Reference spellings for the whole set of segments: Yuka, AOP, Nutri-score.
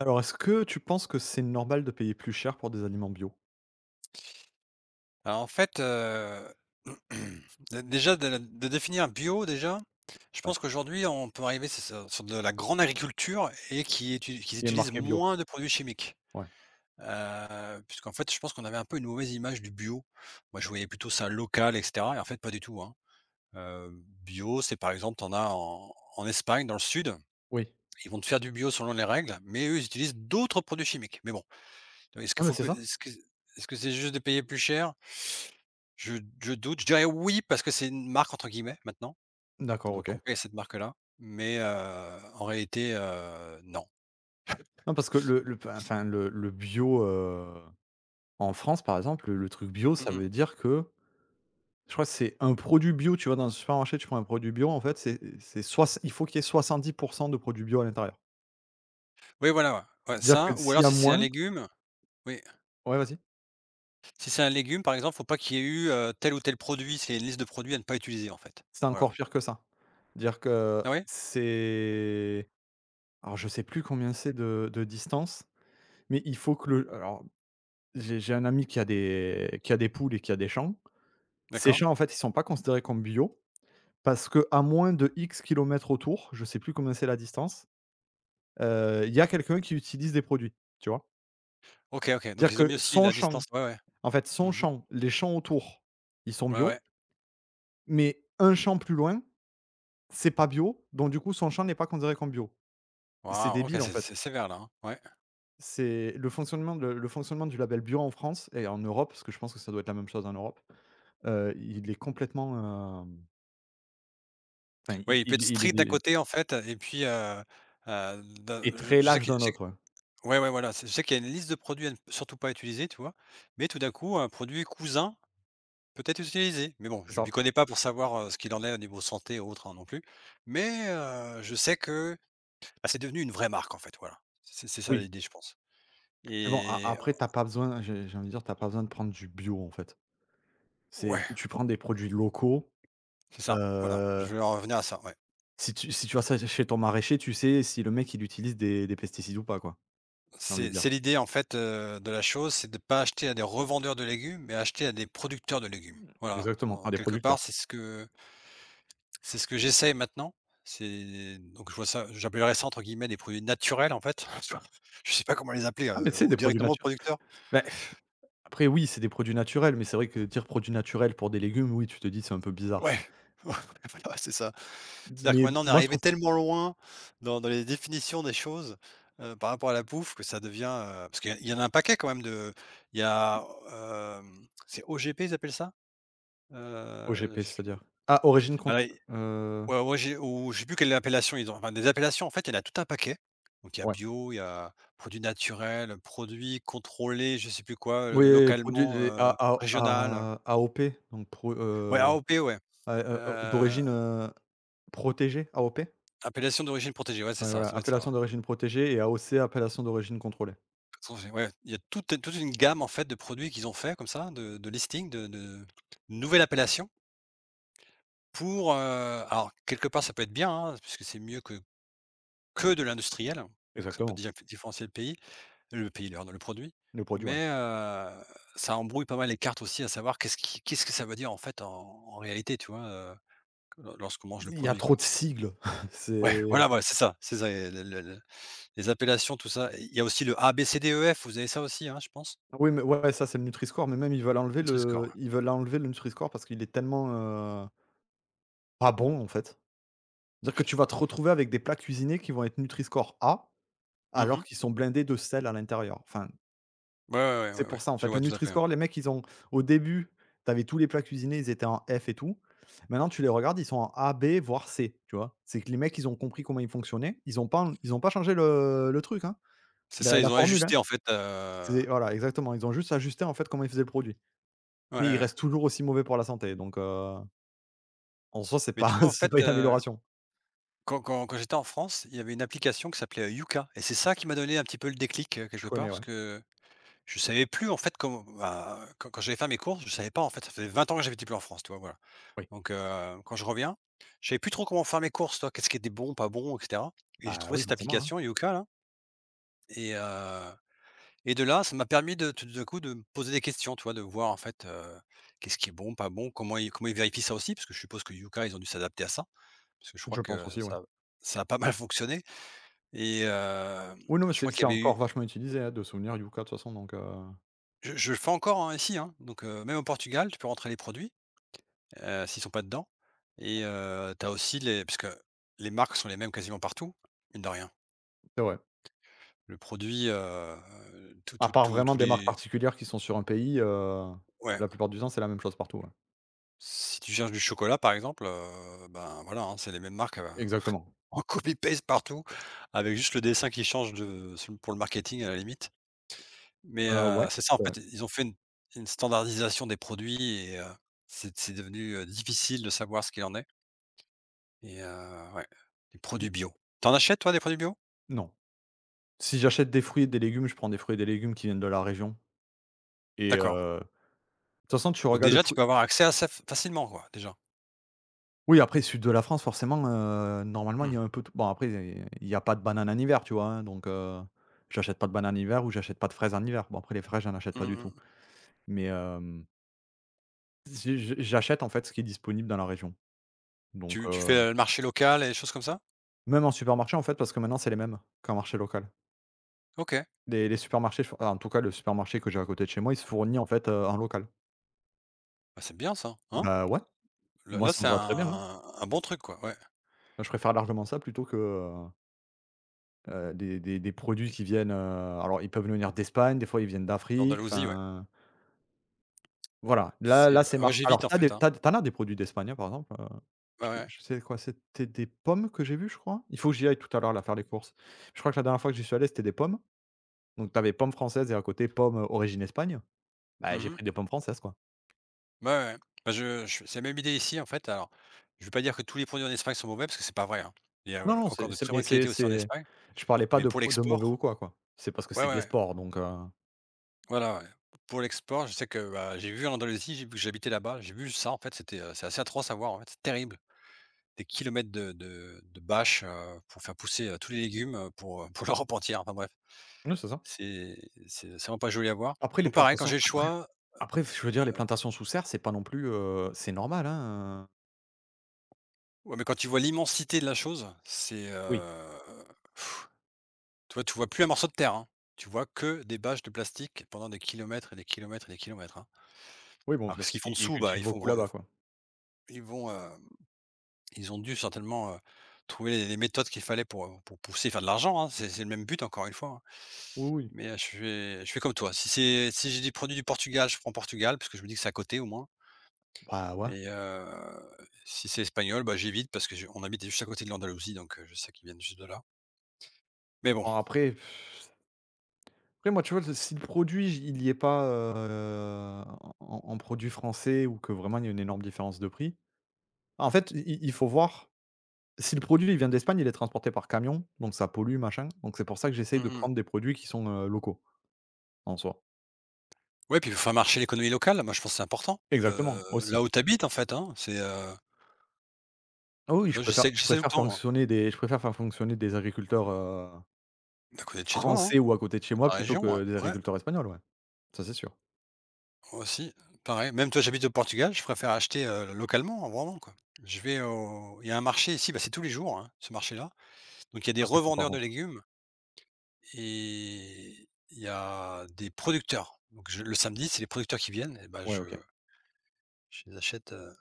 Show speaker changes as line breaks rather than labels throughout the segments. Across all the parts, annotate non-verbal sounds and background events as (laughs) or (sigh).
Alors, est-ce que tu penses que c'est normal de payer plus cher pour des aliments bio?
Alors en fait, (clears throat) dé déjà de définir bio déjà, je
Ouais.
pense qu'aujourd'hui on peut arriver c'est sur de la grande agriculture et qui étu qu'ils
Il est
utilisent
marqué bio,
moins de produits chimiques.
ouais.
Puisqu'en fait je pense qu'on avait un peu une mauvaise image du bio. Moi je voyais plutôt ça local et cetera et en fait pas du tout, hein. Heu, Bio c'est par exemple tu en as en Espagne dans le sud,
Oui.
ils vont te faire du bio selon les règles, mais eux ils utilisent d'autres produits chimiques. Mais bon, est-ce
Ah
qu'il
mais
faut
c'est
p
ça?
est-ce que c'est juste de payer plus cher? Je je doute, je dirais oui parce que c'est une «marque» entre guillemets maintenant,
D'accord, OK.
donc on paye à cette marque-là, mais en réalité, non.
Non, parce que le enfin, enfin, le bio, en France, par exemple, le truc bio,
Mmh
ça
mh.
veut dire que je crois que c'est un produit bio. Tu vas dans un supermarché, tu prends un produit bio, en fait, c'est soix il faut qu'il y ait 70% de produits bio à l'intérieur.
Oui, voilà, ouais. Ouais,
C'est-à-dire
ça,
que
ou
s'il y
alors
a
si c'est un
moins.
légume oui,
Ouais, vas-y?
si c'est un légume, par exemple, faut pas qu'il y ait eu, tel ou tel produit, c'est une liste de produits à ne pas utiliser, en fait.
C'est encore
Voilà.
pire que ça. Dire que
Ah oui?
c'est Alors, je sais plus combien c'est de distance, mais il faut que le alors J'ai un ami qui a des poules et qui a des champs. Ces
D'accord.
champs, en fait, ils sont pas considérés comme bio parce que à moins de X kilomètres autour, je sais plus combien c'est la distance, il y a quelqu'un qui utilise des produits, tu vois?
OK, OK, donc
C'est-à-dire
ils ont
que
mis aussi
son
la
champ,
distance, ouais, ouais.
en fait, son
Mmh.
champ, les champs autour, ils sont
Ouais,
bio,
ouais.
mais un champ plus loin, c'est pas bio, donc du coup, son champ n'est pas considéré comme bio. C'est
Waouh! OK,
débile, en
c'est
fait.
c'est sévère là, hein. Ouais.
C'est le fonctionnement du label bio en France et en Europe, parce que je pense que ça doit être la même chose en Europe, il est complètement, hem enfin,
Ouais, il peut être
il est
strict d'un
dé
côté, en fait, et puis, d'un
est très
je sais
lâche
que.
d'un autre, ouais.
Ouais, ouais, voilà, c'est je sais qu'il y a une liste de produits à ne surtout pas utiliser, tu vois? Mais tout d'un coup, un produit cousin peut être utilisé. Mais bon,
C'est
je ne lui
ça.
connais pas pour savoir, ce qu'il en est au niveau santé ou autre, hein, non plus. Mais, je sais que, bah, c'est devenu une vraie marque, en fait, voilà. C'est ça
Oui,
l'idée, je pense.
mais bon, a
Et
après tu as pas besoin, j'ai envie de dire, tu as pas besoin de prendre du bio, en fait. C'est,
ouais,
tu prends des produits locaux.
c'est ça, voilà, je
heu,
voulais en revenir à ça, ouais.
si tu si tu vas ça chez ton maraîcher, tu sais si le mec il utilise des pesticides ou pas, quoi, j'ai envie de
C'est
dire.
c'est l'idée, en fait, de la chose, c'est de ne pas acheter à des revendeurs de légumes, mais acheter à des producteurs de légumes. Voilà,
Exactement, à
dans
des
quelque
producteurs.
part, c'est ce que j'essaye maintenant. C'est donc je vois ça j'appellerais ça entre guillemets «des produits naturels» en fait. (laughs) Tu vois? Je sais pas comment les appeler,
Ah, mais tu sais,
au
des produits
directement au
natu
producteur.
bah, après oui, c'est des produits naturels, mais c'est vrai que dire produits naturels pour des légumes, oui, tu te dis: «C'est un peu bizarre».
Ouais, (laughs) voilà, c'est ça. C'est-à-dire que
Mais
maintenant on est
moi, je
arrivé
trouve.
tellement loin dans les définitions des choses, par rapport à la bouffe que ça devient, parce qu'il y en a un paquet quand même de il y a, c'est OGP ils appellent ça? Heu,
OGP,
je
c'est-à-dire? Ah, origine
alors
contrôlée,
ouais, ouais, j'ai ou je sais plus quelle appellation ils ont. Enfin, des appellations, en fait, il y en a tout un paquet. Donc il y a
ouais.
bio, il y a produits naturels, produits contrôlés, je sais plus quoi,
Oui, produit
localement,
des A A
régional.
A AOP, donc, pro
Ouais, AOP, ouais.
a d'origine,
Heu,
protégée, AOP?
Appellation d'origine protégée, ouais, c'est
Ouais,
ça,
voilà,
ça doit être ça,
appellation
ouais.
d'origine protégée et AOC, appellation d'origine contrôlée.
Façon, ouais, il y a toute une gamme, en fait, de produits qu'ils ont fait comme ça, de listing, de nouvelles appellations pour, alors quelque part, ça peut être bien, hein, puisque c'est mieux que de l'industriel, donc ça peut
Exactement,
déjà différencier le pays. Le pays, leur le produit,
le produit, ouais.
mais ça embrouille pas mal les cartes aussi à savoir qu'est-ce que ça veut dire en fait en réalité, tu vois, lo lorsqu'on mange le
Il y a
produit
trop
quoi.
de sigles, (laughs)
Ouais,
c'est.
voilà, voilà, c'est ça, et le les appellations tout ça. Il y a aussi le A B C D E F, vous avez ça aussi, hein, je pense?
Oui, mais ouais, ça, c'est le Nutri-Score, mais même ils veulent enlever
Nutri-Score,
le
ouais.
ils veulent enlever le Nutri-Score parce qu'il est tellement, pas bon, en fait. C'est-à-dire que tu vas te retrouver avec des plats cuisinés qui vont être Nutri-Score A, alors
Mmh.
qu'ils sont blindés de sel à l'intérieur. Enfin.
Ouais, ouais, ouais,
C'est
ouais, ouais,
pour ça, en
je
fait, le
vois tout à fait, ouais.
Nutri-Score, les mecs, ils ont, au début, tu avais tous les plats cuisinés, ils étaient en F et tout. Maintenant, tu les regardes, ils sont en A, B, voire C, tu vois? C'est que les mecs, ils ont compris comment ils fonctionnaient. Ils ont pas changé le truc, hein,
C'est
la
ça,
la
ils ont
formule, hein.
ajusté en fait,
C'est voilà, exactement, ils ont juste ajusté, en fait, comment ils faisaient le produit.
ouais, ouais,
Mais ils
ouais,
restent toujours aussi mauvais pour la santé, donc, en soi, c'est
mais tu
pas
vois
(laughs)
en
c'est
fait,
pas une amélioration.
quand j'étais en France, il y avait une application qui s'appelait, Yuka, et c'est ça qui m'a donné un petit peu le déclic,
Je
quelque part
connais,
parce
ouais.
que je savais plus en fait comment, bah, quand j'allais faire mes courses, je savais pas en fait, ça faisait 20 ans que j'habitais plus en France, tu vois? Voilà.
Oui.
Donc quand je reviens, je savais plus trop comment faire mes courses, tu vois? Qu'est-ce qui était bon, pas bon, et cetera, et j'ai
Bah,
trouvé
oui,
cette
forcément, hein.
application Yuka là, et heu et de là, ça m'a permis de tout d'un coup de me poser des questions, tu vois? De voir en fait, qu'est-ce qui est bon, pas bon, comment ils vérifient ça aussi? Parce que je suppose que Yuka, ils ont dû s'adapter à ça, parce que je crois
Je pense
que
aussi, oui.
ça a pas mal fonctionné et
Oui, non, mais
je
c'est
crois qu'il
c'est
y avait
encore
eu
vachement utilisé, hein, de souvenir Yuka, de toute façon, donc,
je le fais encore, hein, ici, hein, donc même au Portugal, tu peux rentrer les produits. S'ils sont pas dedans et tu as aussi les parce que les marques sont les mêmes quasiment partout, mine de rien.
c'est vrai.
Le produit, tout
À
tout
part
tout
vraiment
tous
des marques
les
particulières qui sont sur un pays,
ouais,
la plupart du temps, c'est la même chose partout, ouais.
si tu cherches du chocolat par exemple, ben, voilà, hein, c'est les mêmes marques,
Exactement.
(laughs) en copy paste partout avec juste le dessin qui change de pour le marketing à la limite. Mais
Heu, ouais,
c'est ça en
c'est vrai.
fait, ils ont fait une standardisation des produits et c'est devenu, difficile de savoir ce qu'il en est, et ouais, des produits bio. T'en achètes, toi, des produits bio?
Non. Si j'achète des fruits et des légumes, je prends des fruits et des légumes qui viennent de la région et,
D'accord.
de toute façon, tu
Donc
regardes le
déjà, tu
fruit.
peux avoir accès à ça f facilement, quoi, déjà.
Oui, après sud de la France, forcément, normalement, il y
Mmh.
a un peu tout bon. Après, il y a pas de bananes en hiver, tu vois? Hein, donc, j'achète pas de bananes en hiver ou j'achète pas de fraises en hiver. Bon, après les fraises, j'en achète pas
Mmh
du tout,
mh.
mais si je j'achète, en fait, ce qui est disponible dans la région, donc,
Tu fais, le marché local et des choses comme ça?
même en supermarché, en fait, parce que maintenant, c'est les mêmes qu'en marché local.
OK.
Les supermarchés fo En tout cas, le supermarché que j'ai à côté de chez moi, il se fournit en fait, en local.
Bah, c'est bien ça, hein?
Bah, ouais,
Là
moi
là,
ça me
c'est
va très bien, hein.
un bon truc, quoi, ouais.
Je préfère largement ça plutôt que, des produits qui viennent, alors ils peuvent venir d'Espagne, des fois ils viennent d'Afrique,
L'Andalousie, ouais.
enfin, voilà. Là
C'est
là,
bah,
c'est
moi,
marqué.
j'évite,
Alors
en
t'as as
fait,
des
hein.
tu as as des produits d'Espagne, hein, par exemple,
Ouais,
je
ouais.
je sais quoi? C'était des pommes que j'ai vues, je crois? Il faut que j'y aille tout à l'heure là faire les courses. Je crois que la dernière fois que j'y suis allé, c'était des pommes, donc t'avais pommes françaises et à côté pommes, origine Espagne.
Mmh
Bah, j'ai
mh.
pris des pommes françaises, quoi.
Ouais, ouais. Ouais. Bah, je c'est la même idée ici, en fait. Alors, je ne veux pas dire que tous les produits en Espagne sont mauvais parce que c'est pas vrai, hein. Il y a,
Non, non,
encore de
c'est
très
mais
bonnes qualités aussi en
c'est
Espagne,
je parlais pas
mais pour
de mauvais ou
l'export,
quoi, quoi. C'est parce que
ouais,
c'est
ouais,
de
ouais.
l'esport donc.
Voilà, ouais. Pour l'export, je sais que, bah, j'ai vu en Andalousie, j'ai vu que j'habitais là-bas, j'ai vu ça, en fait, c'était, c'est assez atroce à voir, en fait, c'est terrible. Des kilomètres de bâches, pour faire pousser, tous les légumes, pour, (laughs) pour leur robe entière. Enfin bref,
Oui, c'est ça.
c'est c'est vraiment pas joli à voir.
Après les
Donc pareil, quand
plantations
j'ai le
après
choix,
après Je veux dire, les plantations sous serre, c'est pas non plus, c'est normal, hein.
ouais, mais quand tu vois l'immensité de la chose, c'est,
Oui,
tu vois plus un morceau de terre, hein. Tu vois que des bâches de plastique pendant des kilomètres et des kilomètres et des kilomètres, hein.
oui, bon,
Alors
je
que ce
c'est
qu'ils font
ils
dessous, bah,
cultivent
ils font
beaucoup
gros,
là-bas, quoi.
ils vont, ils ont dû certainement, trouver les méthodes qu'il fallait pour, pour pousser, faire de l'argent, hein. C'est le même but encore une fois, hein.
Oui, oui.
Mais je fais comme toi. Si j'ai des produits du Portugal, je prends Portugal parce que je me dis que c'est à côté au moins,
Bah, ouais.
et si c'est espagnol, bah, j'évite parce que je on habite juste à côté de l'Andalousie, donc je sais qu'ils viennent juste de là. Mais bon,
Bon après pff, après moi, tu vois, si le produit, j il n'y est pas, en produit français ou que vraiment il y a une énorme différence de prix, en fait, i il faut voir. Si le produit il vient d'Espagne, il est transporté par camion, donc ça pollue, machin, donc c'est pour ça que j'essaye de
mmh.
prendre des produits qui sont, locaux, en soi.
Ouais, puis il faut faire marcher l'économie locale. Moi, je pense que c'est important,
Exactement, aussi.
là où t'habites en fait, hein. C'est,
Ah oui,
tu
je
vois,
préfère
j'essaie
je
j'essaie tout le
préfère
temps, moi.
fonctionner des je préfère faire fonctionner des agriculteurs,
À côté de chez toi, hein,
français ou à côté de chez
dans
moi
ta
plutôt
région,
que des
ouais,
agriculteurs espagnols, ouais. Ça, c'est sûr.
moi aussi, pareil. Même toi, j'habite au Portugal, je préfère acheter, localement, hein, vraiment, quoi. Je vais au il y a un marché ici, bah, c'est tous les jours, hein, ce marché-là. Donc il y a des
Ça, c'est cool par
revendeurs de
contre.
légumes. Et il y a des producteurs. Donc je le samedi, c'est les producteurs qui viennent, et ben
Ouais,
je
OK.
je les achète,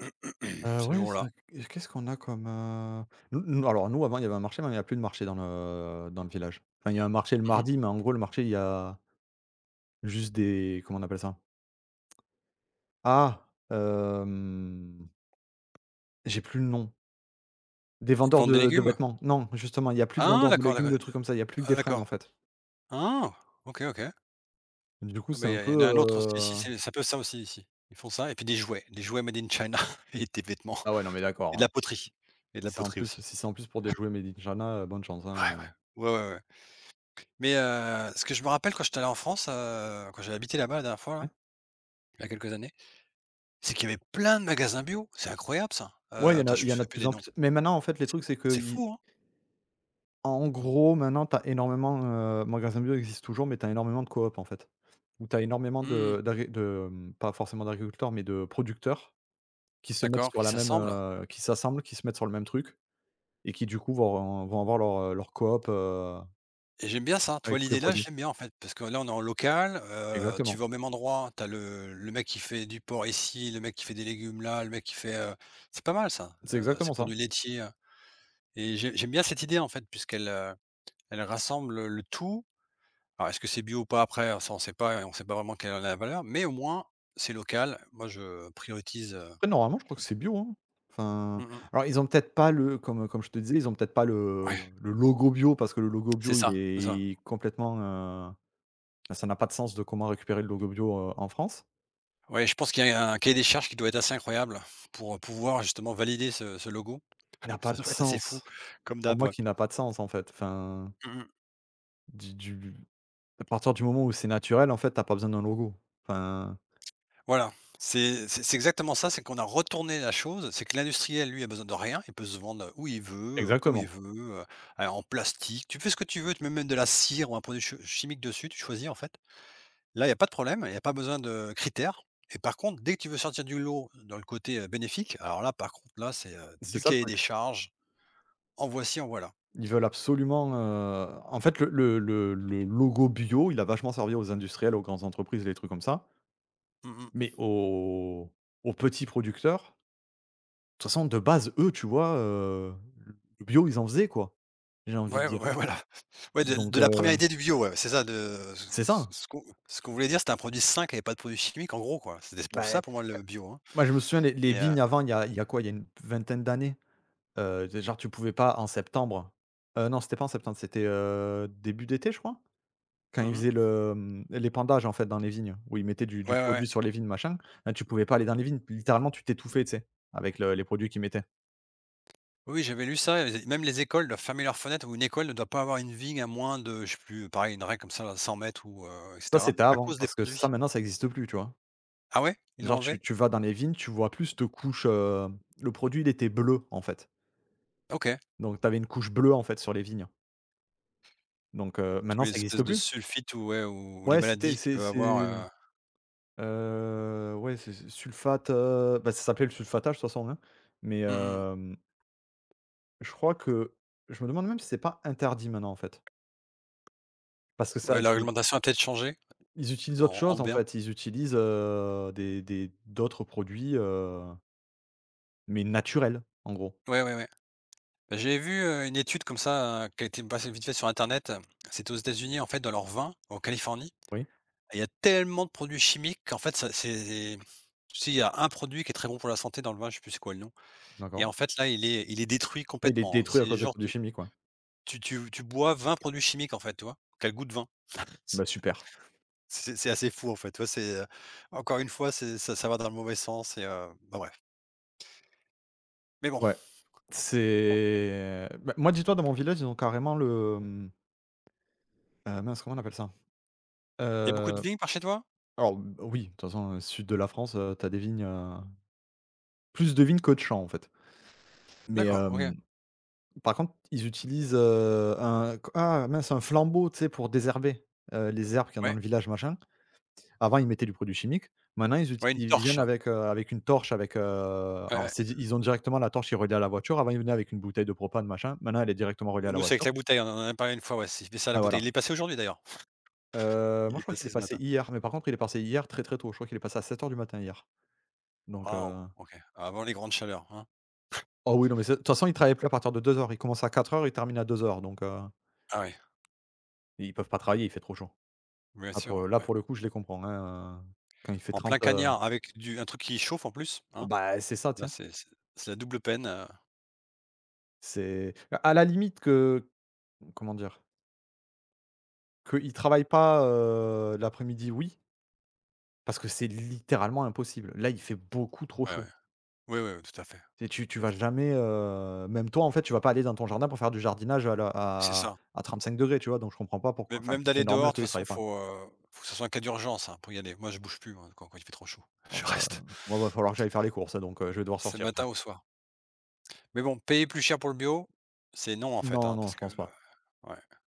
(clears throat)
Heu,
ce
ouais, ça,
jour-là.
qu'est-ce qu'on a comme, nous avant il y avait un marché, mais il n'y a plus de marché dans le village. Enfin il y a un marché le
Mmh.
mardi, mais en gros le marché il y a juste des, comment on appelle ça? Ah, hem j'ai plus le nom. Des
Ils
vendeurs
vendent des
de
légumes?
vêtements. Non, justement, il y a plus de
Ah
vendeurs de
d'accord,
légumes,
d'accord,
de trucs comme ça, il y a plus que
ah
des fringues, en
d'accord.
fait.
Ah! OK, OK.
Du coup,
Ah
c'est
beh,
un peu,
il y en a un autre aussi ici, c'est un peu ça aussi ici. Ils font ça et puis des jouets made in China (laughs) et des vêtements
ah ouais, non, mais
et de
d'accord,
la poterie et de la
c'est en
poterie
plus,
aussi.
si c'est en plus pour des jouets made in China, bonne chance, hein,
Ouais, ouais. Ouais, ouais, ouais. Mais ce que je me rappelle quand j'étais allé en France, quand j'ai habité là-bas la dernière fois là,
ouais.
il y a quelques années, c'est qu'il y avait plein de magasins bio, c'est incroyable ça.
Ouais, il y en
Attends,
a
je
il
me
y en a
souviens
de
plus
plus
des
en
noms.
plus. Mais maintenant, en fait, les trucs, c'est
C'est
qu'ils
fou, hein?
en gros, maintenant, t'as énormément, magasins bio existent toujours, mais t'as énormément de coop, en fait. Où t'as énormément
Mmh.
de d'agri de, mmh, pas forcément d'agriculteurs, mais de producteurs qui se mettent
D'accord,
sur
qui
la même,
s'assemblent?
qui s'assemblent, qui se mettent sur le même truc. Et qui du coup vont avoir leur coop,
Et j'aime bien ça, tu vois
avec tous les
l'idée là,
produits.
je l'aime bien en fait, parce que là on est en local, tu
Exactement,
vas au même endroit, t'as le mec qui fait du porc ici, le mec qui fait des légumes là, le mec qui fait. C'est pas mal ça,
c'est
ces
exactement ça.
produits laitiers. Et j'aime bien cette idée en fait puisqu'elle elle rassemble le tout. Alors est-ce que c'est bio ou pas après, ça on sait pas et on sait pas vraiment quelle est la valeur, mais au moins c'est local. Moi je priorise, heu.
Après normalement je crois que c'est bio, hein. Enfin,
Mmh mh.
alors ils ont peut-être pas le, comme je te disais, ils ont peut-être pas le
Ouais,
le logo bio parce que le logo
c'est
bio il
ça.
est complètement, bah, ça n'a pas de sens de comment récupérer le logo bio, en France.
Ouais, je pense qu'il y a un cahier des charges qui doit être assez incroyable pour, pouvoir justement valider ce logo.
N'a
(laughs)
pas
Ça
de
doit être assez fou
sens.
comme
Pour
d'hab,
moi
ouais.
qui n'a pas de sens en fait, enfin,
Mmh.
du à partir du moment où c'est naturel en fait, t'as pas besoin d'un logo. Enfin
Voilà, c'est exactement ça, c'est qu'on a retourné la chose, c'est que l'industriel, lui, a besoin de rien, il peut se vendre où il veut, comme il
exactement,
veut, a en plastique, tu fais ce que tu veux, tu mets même de la cire ou un produit che chimique dessus, tu choisis en fait. Là, il y a pas de problème, il y a pas besoin de critères et par contre, dès que tu veux sortir du lot dans le côté, bénéfique, alors là, par contre, là, c'est
c'est
du
ça le
cahier
truc.
des charges, en voici, en voilà.
Ils veulent absolument, en fait, le logo bio, il a vachement servi aux industriels, aux grandes entreprises, les trucs comme ça,
Mmh mh.
mais aux petits producteurs, de toute façon, de base, eux, tu vois, le bio, ils en faisaient, quoi, j'ai envie de
Ouais, ouais,
dire,
ouais, voilà. Ouais, de
donc,
de la première idée du bio, ouais, c'est ça, de ce
c'est
ce
ça.
ce qu'on ce qu'on voulait dire, c'était un produit sain qui avait pas de produits chimiques en gros, quoi. C'était pour
Ben,
ça pour moi le bio, hein,
moi, je me souviens les
et.
vignes avant, il y a quoi? Il y a une vingtaine d'années, tu genre, tu pouvais pas en septembre, non, c'était pas en septembre, c'était, début d'été, je crois? Quand
Mmh
ils faisaient
mh.
l'épandage, en fait, dans les vignes, où ils mettaient du
Ouais,
du
ouais, ouais.
produit sur les vignes, machin, là, tu pouvais pas aller dans les vignes. Littéralement, tu t'étouffais, tu sais, avec le les produits qu'ils mettaient.
Oui, j'avais lu ça et même les écoles doivent fermer leurs fenêtres ou une école ne doit pas avoir une vigne à moins de je sais plus, pareil, une règle comme ça, 100 mètres ou et
Ça,
cetera,
c'était
à
avant,
cause des
parce que ça,
produits.
maintenant, ça n'existe plus, tu vois?
Ah ouais? Ils
Genre,
l'ont
tu
enlevé?
tu vas dans les vignes, tu vois plus cette couche, le produit, il était bleu, en fait,
OK.
donc tu avais une couche bleue, en fait, sur les vignes, donc,
Tous
maintenant,
les
ça n'existe
espèces de
plus.
sulfites ou ouais, ou les
Ouais, c'était
maladies qu'ils peuvent
c'est,
avoir,
mmh,
heu.
ouais, c'est sulfate, bah, ça s'appelait le sulfatage, de toute façon, hein, mais
Mmh mh.
je crois que je me demande même si c'est pas interdit maintenant, en fait. Parce que ça
Ouais, la
c'est
réglementation a peut-être changé
ils utilisent autre
en
chose
en
en
bien.
fait, ils utilisent, des d'autres produits, mais naturels, en gros.
Ouais, ouais, ouais. Bah, j'ai vu, une étude comme ça, qui a été passée vite fait sur internet. C'était aux États-Unis, en fait, dans leur vin, en Californie.
Oui.
Et il y a tellement de produits chimiques qu'en fait, ça c'est, tu sais, il y a un produit qui est très bon pour la santé dans le vin, je sais plus c'est quoi le nom. Et
D'accord.
en fait, là, il est détruit
Là, il est
complètement, hein.
détruit à
C'est
cause des
genre
produits
tu
chimiques, quoi.
tu bois 20 produits chimiques, en fait, tu vois? Qui a le goût de vin. C'est
Bah, super.
c'est assez fou, en fait, tu vois? C'est, encore une fois, c'est ça, ça va dans le mauvais sens et bah, bref. Mais bon,
Ouais.
bon.
C'est bah, moi, dis-toi dans mon village, ils ont carrément le, mince, comment on appelle ça?
Il y a beaucoup de
Heu,
vignes par chez toi?
alors oui, de toute façon, sud de la France, tu des vignes, plus de vignes que de champs, en fait. Mais
D'accord, OK.
hem Par contre, ils utilisent, un q ah mince, un flambeau, tu sais, pour désherber, les herbes qu'il y a dans
Ouais.
le village, machin. Avant, ils mettaient du produit chimique. Maintenant, ils uti
Ouais, une
ils viennent
torche.
avec, avec une torche, avec,
Ouais,
alors
ouais.
c'est ils ont directement la torche qui est reliée à la voiture. Avant, ils venaient avec une bouteille de propane, machin. Maintenant, elle est directement reliée à la
Nous, c'est avec
voiture.
la bouteille, on en a parlé une fois, ouais, c'était ça la
Ouais, voilà.
bouteille. Il est passé aujourd'hui d'ailleurs.
Moi,
Il
je
est
crois qu'il est
passé ce
passé
matin.
hier, mais par contre, il est passé hier très, très tôt. Je crois qu'il est passé à 7 heures du matin hier, donc,
Waouh, OK. Avant les grandes chaleurs, hein.
oh oui, non, mais c'est de toute façon, ils ne travaillaient plus à partir de 2 heures. Ils commencent à 4 heures, ils terminent à 2 heures, donc,
Ah oui,
ils peuvent pas travailler, il fait trop chaud.
bien
Ah
sûr,
pour, là,
ouais.
pour le coup, je les comprends, hein, quand il fait
En plein
30,
cagnard avec du un truc qui chauffe en plus,
ah
hein.
bah, c'est ça,
Là,
tiens.
c'est c'est la double peine,
C'est à la limite que, comment dire? Qu'ils travaillent pas, l'après-midi, oui, parce que c'est littéralement impossible. Là, il fait beaucoup trop
ouais,
chaud.
ouais. Oui, oui, oui, tout à fait,
Tu
tout à
vas
fait.
jamais, même toi, en fait, tu vas pas aller dans ton jardin pour faire du jardinage à la
C'est ça.
à 35°, tu vois? Donc je comprends pas pourquoi,
Mê
enfin,
Même
c'est
d'aller
normal
dehors, de
qu'ils
toute façon,
travaillent pas.
faut, faut que ce soit un cas d'urgence, hein, pour y aller. Moi, je bouge plus, moi, quand il fait trop chaud. (laughs)
Ah
Je
bah,
reste.
moi, va falloir que j'aille faire les courses, donc, je vais devoir
C'est
sortir.
matin ou
(laughs)
soir. Mais bon, payer plus cher pour le bio, c'est non, en fait,
Non,
hein,
non,
parce
je
que,
pense pas.
ouais.